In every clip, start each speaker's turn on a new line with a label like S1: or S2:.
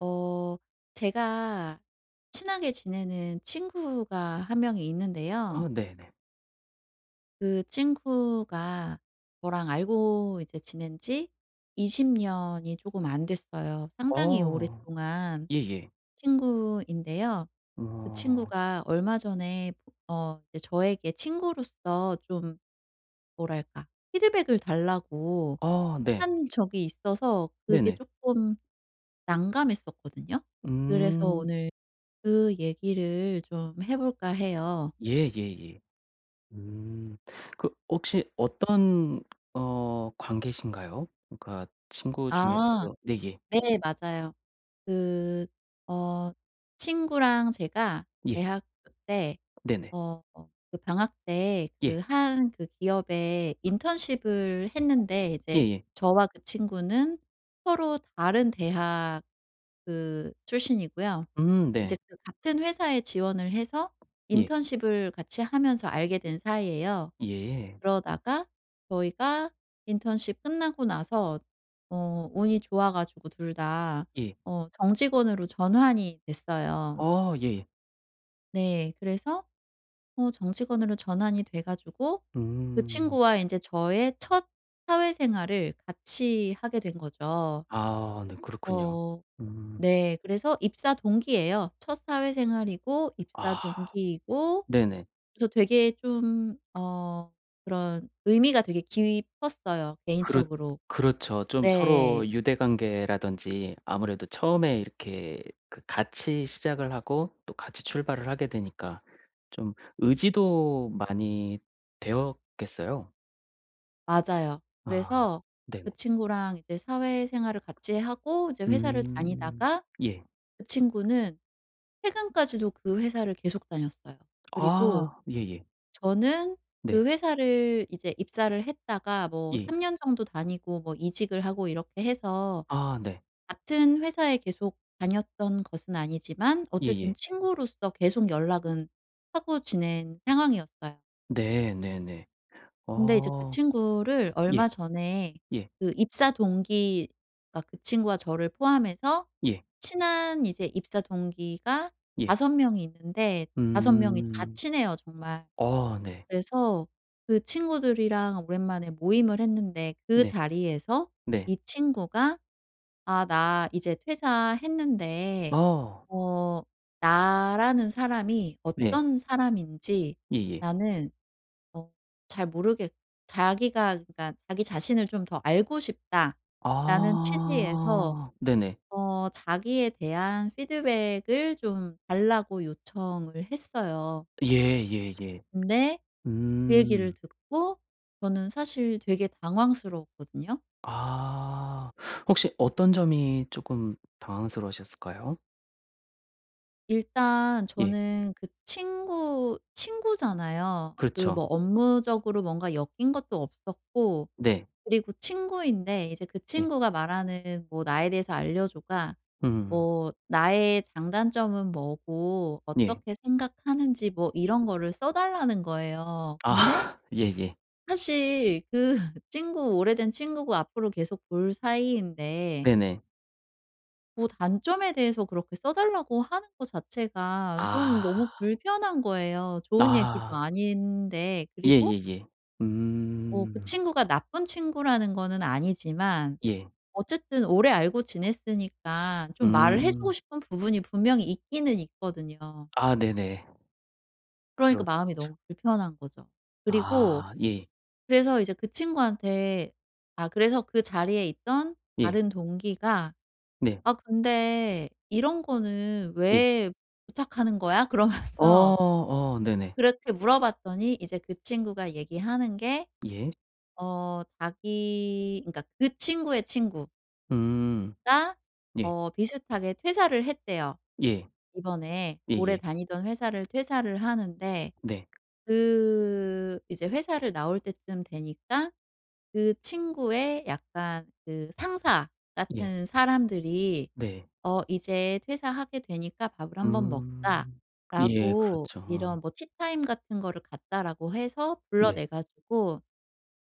S1: 어 제가 친하게 지내는 친구가 한 명이 있는데요.
S2: 아 네네.
S1: 그 친구가 저랑 알고 이제 지낸 지 20 년이 조금 안 됐어요. 상당히
S2: 어.
S1: 오랫동안
S2: 예예.
S1: 친구인데요. 그
S2: 어.
S1: 친구가 얼마 전에 이제 저에게 친구로서 좀 뭐랄까 피드백을 달라고
S2: 아 네.
S1: 한 적이 있어서 그게
S2: 네네.
S1: 조금 난감했었거든요. 그래서
S2: 음.
S1: 오늘 그 얘기를 좀 해 볼까 해요.
S2: 예예예. 음. 그 혹시 어떤 관계신가요? 그러니까 친구
S1: 아.
S2: 중에서도 네 예.
S1: 네, 맞아요. 그 어 친구랑 제가
S2: 예.
S1: 대학교 때
S2: 네네.
S1: 그 방학 때
S2: 예.
S1: 그 한 그 기업에 인턴십을 했는데 이제
S2: 예예.
S1: 저와 그 친구는 서로 다른 대학 그 출신이고요. 이제
S2: 네.
S1: 그 같은 회사에 지원을 해서
S2: 예.
S1: 인턴십을 같이 하면서 알게 된 사이예요.
S2: 예.
S1: 그러다가 저희가 인턴십 끝나고 나서 운이 좋아 가지고 둘 다
S2: 예.
S1: 정직원으로 전환이 됐어요.
S2: 아 예예.
S1: 네. 그래서 정직원으로 전환이 돼 가지고 그
S2: 음.
S1: 친구와 이제 저의 첫 사회생활을 같이 하게 된 거죠.
S2: 아 네 그렇군요.
S1: 어
S2: 음.
S1: 네. 그래서 입사 동기예요. 첫 사회생활이고 입사
S2: 아
S1: 동기이고
S2: 네네.
S1: 그래서 되게 좀 그런 의미가 되게 깊었어요,
S2: 그렇
S1: 개인적으로.
S2: 그렇죠. 좀
S1: 네,
S2: 서로 유대관계라든지 아무래도 처음에 이렇게 그 같이 시작을 하고 또 같이 출발을 하게 되니까 좀 의지도 많이 되었겠어요.
S1: 맞아요.
S2: 아
S1: 그래서 그
S2: 네네.
S1: 친구랑 이제 사회생활을 같이 하고 이제 회사를
S2: 음.
S1: 다니다가
S2: 예.
S1: 그 친구는 퇴근까지도 그 회사를 계속 다녔어요. 그리고
S2: 아 예예.
S1: 저는
S2: 네.
S1: 그 회사를 이제 입사를 했다가 뭐
S2: 예.
S1: 3 년 정도 다니고 뭐 이직을 하고 이렇게 해서
S2: 아 네.
S1: 같은 회사에 계속 다녔던 것은 아니지만 어쨌든
S2: 예예.
S1: 친구로서 계속 연락은 하고 지낸 상황이었어요.
S2: 네 네네.
S1: 근데 이제 그
S2: 어.
S1: 친구를
S2: 예.
S1: 얼마 전에
S2: 예.
S1: 그 입사 동기가 그 친구와 저를 포함해서
S2: 예.
S1: 친한 이제 입사 동기가
S2: 예.
S1: 5 명이 있는데 5 명이 다
S2: 음.
S1: 친해요, 정말.
S2: 어 네.
S1: 그래서 그 친구들이랑 오랜만에 모임을 했는데 그
S2: 네.
S1: 자리에서
S2: 네.
S1: 이 친구가 "아, 나 이제 퇴사했는데
S2: 어.
S1: 어 나라는 사람이
S2: 네.
S1: 어떤 사람인지
S2: 예예.
S1: 나는" 어 잘 모르겠 자기가 그러니까 '자기 자신을 좀 더 알고 싶다.'라는 취지에서
S2: 아. 네네.
S1: 자기에 대한 피드백을 좀 달라고 요청을 했어요.
S2: 예예예.
S1: 근데 그 얘기를
S2: 음.
S1: 듣고 저는 사실 되게 당황스러웠거든요.
S2: 아. 혹시 어떤 점이 쪼끔 당황스러우셨을까요?
S1: 일단
S2: 예.
S1: 저는 그 친구 친구잖아요. 그
S2: 그렇죠.
S1: 뭐 업무적으로 뭔가 엮인 것도 없었고
S2: 네.
S1: 그리고 친구인데 이제 그
S2: 예.
S1: 친구가 말하는 뭐 "나에 대해서 알려 줘가"
S2: 음.
S1: 뭐 나의 장단점은 뭐고
S2: 예.
S1: 어떻게 생각하는지 뭐 이런 거를 써 달라는 거예요. 근데
S2: 아. 예예.
S1: 사실 그 친구 오래된 친구고 앞으로 계속 볼 사이인데
S2: 네네.
S1: 뭐 단점에 대해서 그렇게 써 달라고 하는 거 자체가 좀
S2: 아.
S1: 너무 불편한 거예요. 좋은 얘기도
S2: 아.
S1: 아닌데. 그리고
S2: 예예예.
S1: 그
S2: 음.
S1: 친구가 나쁜 친구라는 거는 아니지만
S2: 예.
S1: 어쨌든 오래 알고 지냈으니까 좀 말을 해 주고
S2: 음.
S1: 싶은 부분이 분명히 있기는 있거든요.
S2: 아 네네.
S1: 그러니까
S2: 그렇죠.
S1: 마음이 너무 불편한 거죠. 그리고
S2: 아 예.
S1: 그래서 이제 그 친구한테 아 그래서 그 자리에 있던
S2: 예.
S1: 다른 동기가
S2: 네.
S1: "아 근데 이런 거는
S2: 예.
S1: 왜 부탁하는 거야?"
S2: 어
S1: 그러면서
S2: 어 네네.
S1: 그렇게 물어봤더니 이제 그 친구가 얘기하는 게
S2: 예.
S1: 자기 그러니까 그 친구의 친구가
S2: 음. 예.
S1: 비슷하게 퇴사를 했대요.
S2: 예.
S1: 이번에 오래
S2: 예예.
S1: 다니던 회사를 퇴사를 하는데
S2: 네.
S1: 그 이제 회사를 나올 때쯤 되니까 그 친구의 약간 그 상사
S2: 예.
S1: 같은 사람들이
S2: 네.
S1: "어 이제 퇴사하게 되니까 밥을 한번
S2: 음. 예
S1: 먹자."라고
S2: 그렇죠. 어.
S1: 이런 뭐 티타임 같은 거를 갖자라고 해서
S2: 네.
S1: 불러내 가지고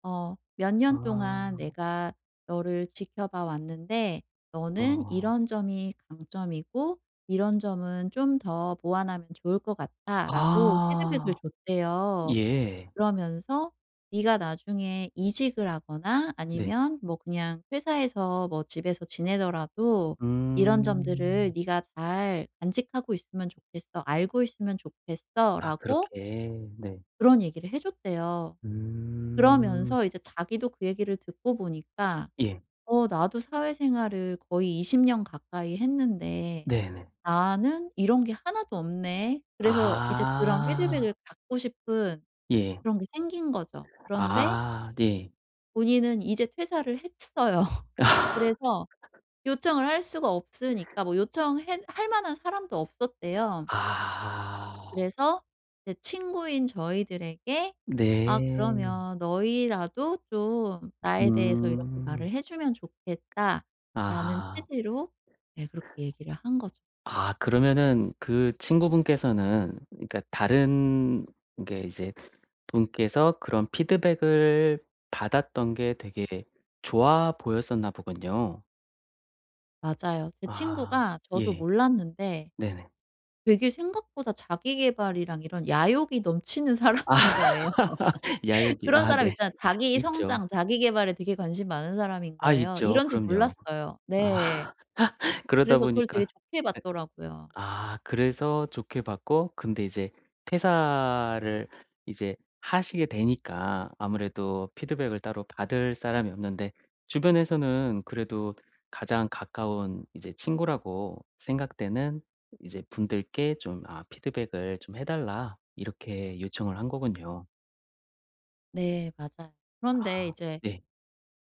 S1: 몇 년 동안
S2: 아.
S1: 내가 너를 지켜봐 왔는데, 너는
S2: 어.
S1: 이런 점이 강점이고, 이런 점은 좀 더 보완하면 좋을 것 같아. 라고 피드백을
S2: 아.
S1: 줬대요.
S2: 예.
S1: 그러면서 네가 나중에 이직을 하거나
S2: 네.
S1: 아니면 뭐 그냥 회사에서 뭐 집에서 지내더라도 이런 점들을
S2: 음.
S1: 네가 잘 간직하고 있으면 좋겠어. 알고 있으면 좋겠어.
S2: 아
S1: 라고
S2: 그렇게. 네.
S1: 그런 얘기를 해줬대요.
S2: 음.
S1: 그러면서 이제 자기도 그 얘기를 듣고 보니까
S2: 예.
S1: 나도 사회생활을 거의 20년 가까이 했는데
S2: 네네.
S1: 나는 이런 게 하나도 없네.' 그래서 이제 그런
S2: 아.
S1: 피드백을 받고 싶은
S2: 예.
S1: 그런 게 생긴 거죠. 그런데
S2: 아 네.
S1: 본인은 이제 퇴사를 했어요. 그래서 요청을 할 수가 없으니까 뭐 요청해 할 만한 사람도 없었대요.
S2: 아.
S1: 그래서 제 친구인 저희들에게 "아
S2: 네.
S1: 그러면 너희라도 좀 나에 대해서 이렇게 말을
S2: 음.
S1: 해 주면 좋겠다."라는
S2: 아
S1: 취지로 네, 그렇게 얘기를 한 거죠.
S2: 아 그러면은 그 친구분께서는 그러니까 다른 게 이제 분께서 그런 피드백을 받았던 게 되게 좋아 보였었나 보군요.
S1: 맞아요. 제
S2: 아
S1: 친구가, 저도
S2: 예.
S1: 몰랐는데,
S2: 네네.
S1: 되게 생각보다 자기 계발이랑 이런 야욕이 넘치는
S2: 아
S1: 사람인 거예요.
S2: 야열기.
S1: 그런
S2: 아
S1: 사람
S2: 네.
S1: 있잖아요. 자기
S2: 있죠.
S1: 성장, 자기 계발에 되게 관심 많은 사람인
S2: 아
S1: 거예요.
S2: 있죠.
S1: 이런 줄
S2: 그럼요.
S1: 몰랐어요. 네.
S2: 아 그러다
S1: 그래서 그걸 되게
S2: 보니까
S1: 좋게 봤더라고요.
S2: 아 그래서 좋게 봤고 근데 이제 퇴사를 이제 하시게 되니까 아무래도 피드백을 따로 받을 사람이 없는데 주변에서는 그래도 가장 가까운 이제 친구라고 생각되는 이제 분들께 좀 "아 피드백을 좀 해 달라." 이렇게 요청을 한 거군요.
S1: 네, 맞아요.
S2: 아
S1: 그런데 이제
S2: 네.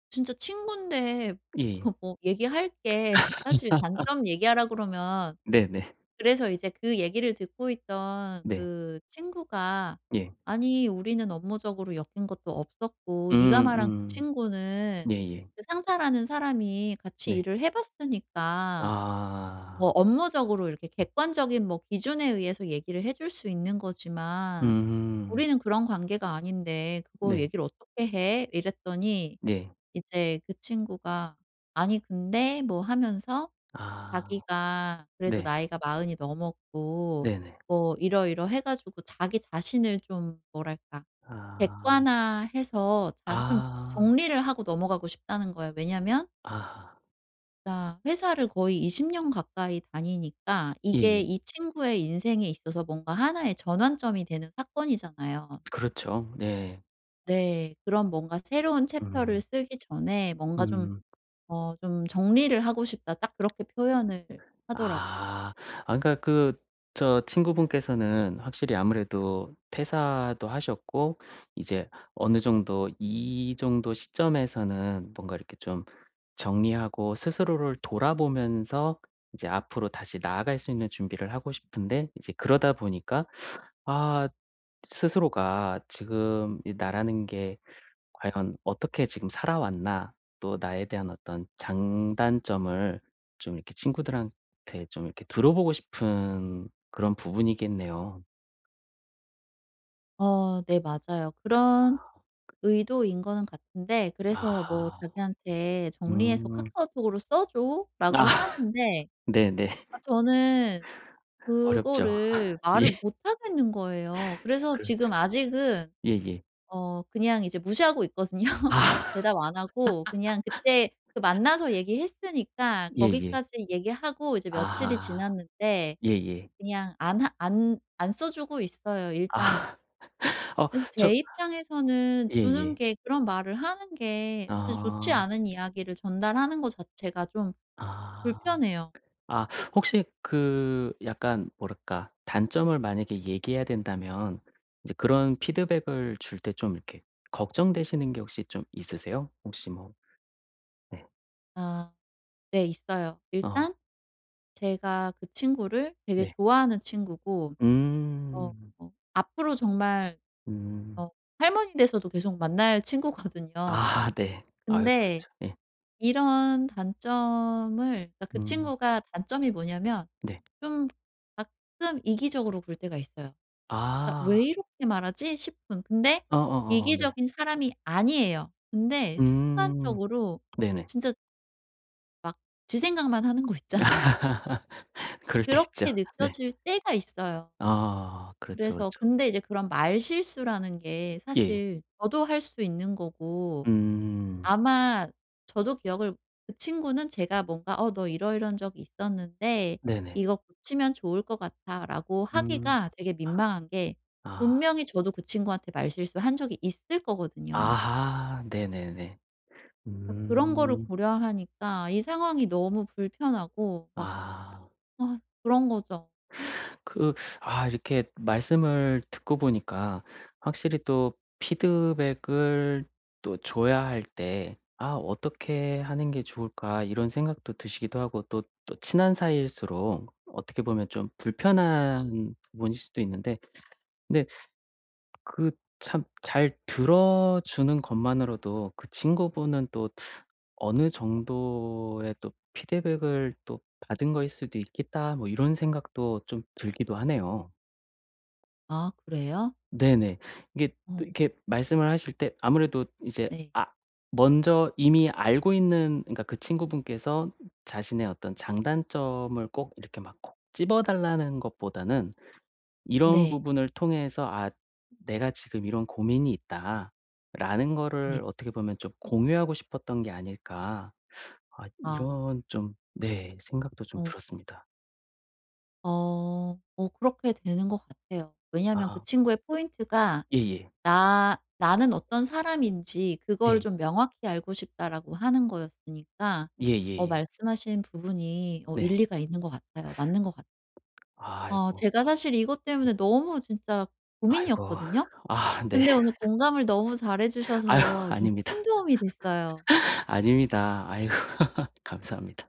S1: 진짜 친군데
S2: 예예.
S1: 그 뭐 얘기할 게 사실 단점 얘기하라 그러면
S2: 네네. 네.
S1: 그래서 이제 그 얘기를 듣고 있던
S2: 네,
S1: 그 친구가
S2: 네, 예.
S1: "아니 우리는 업무적으로 엮인 것도 없었고 네가
S2: 음
S1: 말한 그
S2: 음.
S1: 친구는
S2: 예예.
S1: 그 상사라는 사람이 같이
S2: 네.
S1: 일을 해 봤으니까 뭐
S2: 아.
S1: 업무적으로 이렇게 객관적인 뭐 기준에 의해서 얘기를 해줄 수 있는 거지만
S2: 음.
S1: 우리는 그런 관계가 아닌데 그거
S2: 네.
S1: 얘기를 어떻게 해?" 이랬더니
S2: 네.
S1: 이제 그 친구가 "아니 근데" 뭐 하면서
S2: 아
S1: 자기가 그래도
S2: 네.
S1: 나이가 마흔이 넘었고
S2: 네네.
S1: 뭐 이러이러해 가지고 자기 자신을 좀 뭐랄까
S2: 아.
S1: 객관화해서 자기 좀
S2: 아.
S1: 정리를 하고 넘어가고 싶다는 거예요. 왜냐면
S2: 아.
S1: 그니까 회사를 거의 20년 가까이 다니니까 이게
S2: 예예.
S1: 이 친구의 인생에 있어서 뭔가 하나의 전환점이 되는 사건이잖아요.
S2: 그렇죠. 네.
S1: 네. 그런 뭔가 새로운 챕터를
S2: 음.
S1: 쓰기 전에 뭔가 좀
S2: 음.
S1: 좀 '정리를 하고 싶다.' 딱 그렇게 표현을 하더라고요.
S2: 아. 아 그러니까 그 저 친구분께서는 확실히 아무래도 퇴사도 하셨고 이제 어느 정도 이 정도 시점에서는 뭔가 이렇게 좀 정리하고 스스로를 돌아보면서 이제 앞으로 다시 나아갈 수 있는 준비를 하고 싶은데 이제 그러다 보니까 아 스스로가 지금 이 나라는 게 과연 어떻게 지금 살아왔나 또 나에 대한 어떤 장단점을 좀 이렇게 친구들한테 좀 이렇게 들어보고 싶은 그런 부분이겠네요.
S1: 네, 맞아요. 그런 의도인 거는 같은데 그래서 뭐
S2: 아.
S1: 자기한테 "정리해서
S2: 음.
S1: 카카오톡으로 써
S2: 아
S1: 줘."라고 하는데
S2: 네네.
S1: 아, 저는
S2: 어렵죠.
S1: 그거를
S2: 예.
S1: 말을 못 하겠는 거예요. 그래서 지금
S2: 그렇죠.
S1: 아직은
S2: 예예.
S1: 그냥 이제 무시하고 있거든요.
S2: 아
S1: 대답 안 하고 그냥 그때 그 만나서 얘기했으니까
S2: 예예.
S1: 거기까지 얘기하고 이제 며칠이
S2: 아
S1: 지났는데
S2: 예예.
S1: 그냥 안 하 안 안 써 주고 있어요 일단은.
S2: 아. 어
S1: 그래서
S2: 저
S1: 제 입장에서는 주는
S2: 예예.
S1: 게 그런 말을 하는 게 사실 좋지
S2: 아.
S1: 않은 이야기를 전달하는 것 자체가 좀
S2: 아.
S1: 불편해요.
S2: 아 혹시 그 약간 뭐랄까 단점을 만약에 얘기해야 된다면 이제 그런 피드백을 줄 때 좀 이렇게 걱정되시는 게 혹시 좀 있으세요? 혹시 뭐 네.
S1: 아, 네, 있어요.
S2: 어
S1: 일단 제가 그 친구를 되게
S2: 네.
S1: 좋아하는 친구고
S2: 음.
S1: 앞으로 정말
S2: 음.
S1: 어 할머니 돼서도 계속 만날 친구거든요.
S2: 아 네. 아유
S1: 근데
S2: 그렇죠. 예.
S1: 이런 단점을, 그러니까 그
S2: 음
S1: 친구가 단점이 뭐냐면
S2: 네.
S1: 좀 가끔 이기적으로 굴 때가 있어요. 그러니까
S2: 아.
S1: '왜 이렇게 말하지?' 싶은. 근데
S2: 어어어 네.
S1: 이기적인 사람이 아니에요. 근데
S2: 음.
S1: 순간적으로
S2: 네네.
S1: 진짜 막 지 생각만 하는 거 있잖아요.
S2: 그럴 때 있죠.
S1: 그렇게
S2: 네.
S1: 느껴질 때가 있어요.
S2: 아 그렇죠,
S1: 그래서
S2: 그렇죠.
S1: 근데 이제 그런 말실수라는 게
S2: 예.
S1: 사실 저도 할 수 있는 거고
S2: 음.
S1: 아마 저도 기억을 그 친구는 제가 뭔가 "어 너 이러이러한 적이 있었는데
S2: 네네.
S1: 이거 고치면 좋을 것 같아."라고
S2: 음.
S1: 하기가 되게 민망한 게,
S2: 아.
S1: 분명히 저도 그 친구한테 말실수한 적이 있을 거거든요.
S2: 아하. 네네네.
S1: 그러니까 그런 거를
S2: 음.
S1: 고려하니까 이 상황이 너무 불편하고 막
S2: 아.
S1: 아 그런 거죠.
S2: 그 아 이렇게 말씀을 듣고 보니까 확실히 또 피드백을 또 줘야 할 때 '아 어떻게 하는 게 좋을까?' 이런 생각도 드시기도 하고 또 또 친한 사이일수록 어떻게 보면 좀 불편한 부분일 수도 있는데 근데 그 참 잘 들어 주는 것만으로도 그 친구분은 또 어느 정도의 또 '피드백을 또 받은 거일 수도 있겠다.' 뭐 이런 생각도 좀 들기도 하네요.
S1: "아 그래요?"
S2: 네네. 이게 또
S1: 어.
S2: 이렇게 말씀을 하실 때 아무래도 이제
S1: 네.
S2: 아 먼저 이미 알고 있는 그러니까 그 친구분께서 자신의 어떤 장단점을 꼭 이렇게 막 콕 집어 달라는 것보다는 이런
S1: 네.
S2: 부분을 통해서 '아 내가 지금 이런 고민이 있다.'라는 거를
S1: 네.
S2: 어떻게 보면 좀 공유하고 싶었던 게 아닐까. 아
S1: 아.
S2: 이런 좀 네 생각도 좀
S1: 어.
S2: 들었습니다.
S1: 어. 그렇게 되는 것 같아요. 왜냐하면 그
S2: 아
S1: 친구의 포인트가
S2: 예예.
S1: 나 나는 어떤 사람인지 그걸
S2: 네.
S1: 좀 명확히 알고 싶다라고 하는 거였으니까
S2: 예예예.
S1: 말씀하신 부분이
S2: 네.
S1: 일리가 있는 것 같아요. 맞는 것 같아요.
S2: 아이고.
S1: 제가 사실 이것
S2: 예.
S1: 때문에 너무 진짜
S2: 아이고.
S1: 고민이었거든요.
S2: 아 네.
S1: 근데 오늘 공감을 너무 잘해
S2: 아유
S1: 주셔서 진짜
S2: 아닙니다.
S1: 큰 도움이 됐어요.
S2: 아닙니다. 아이고 감사합니다.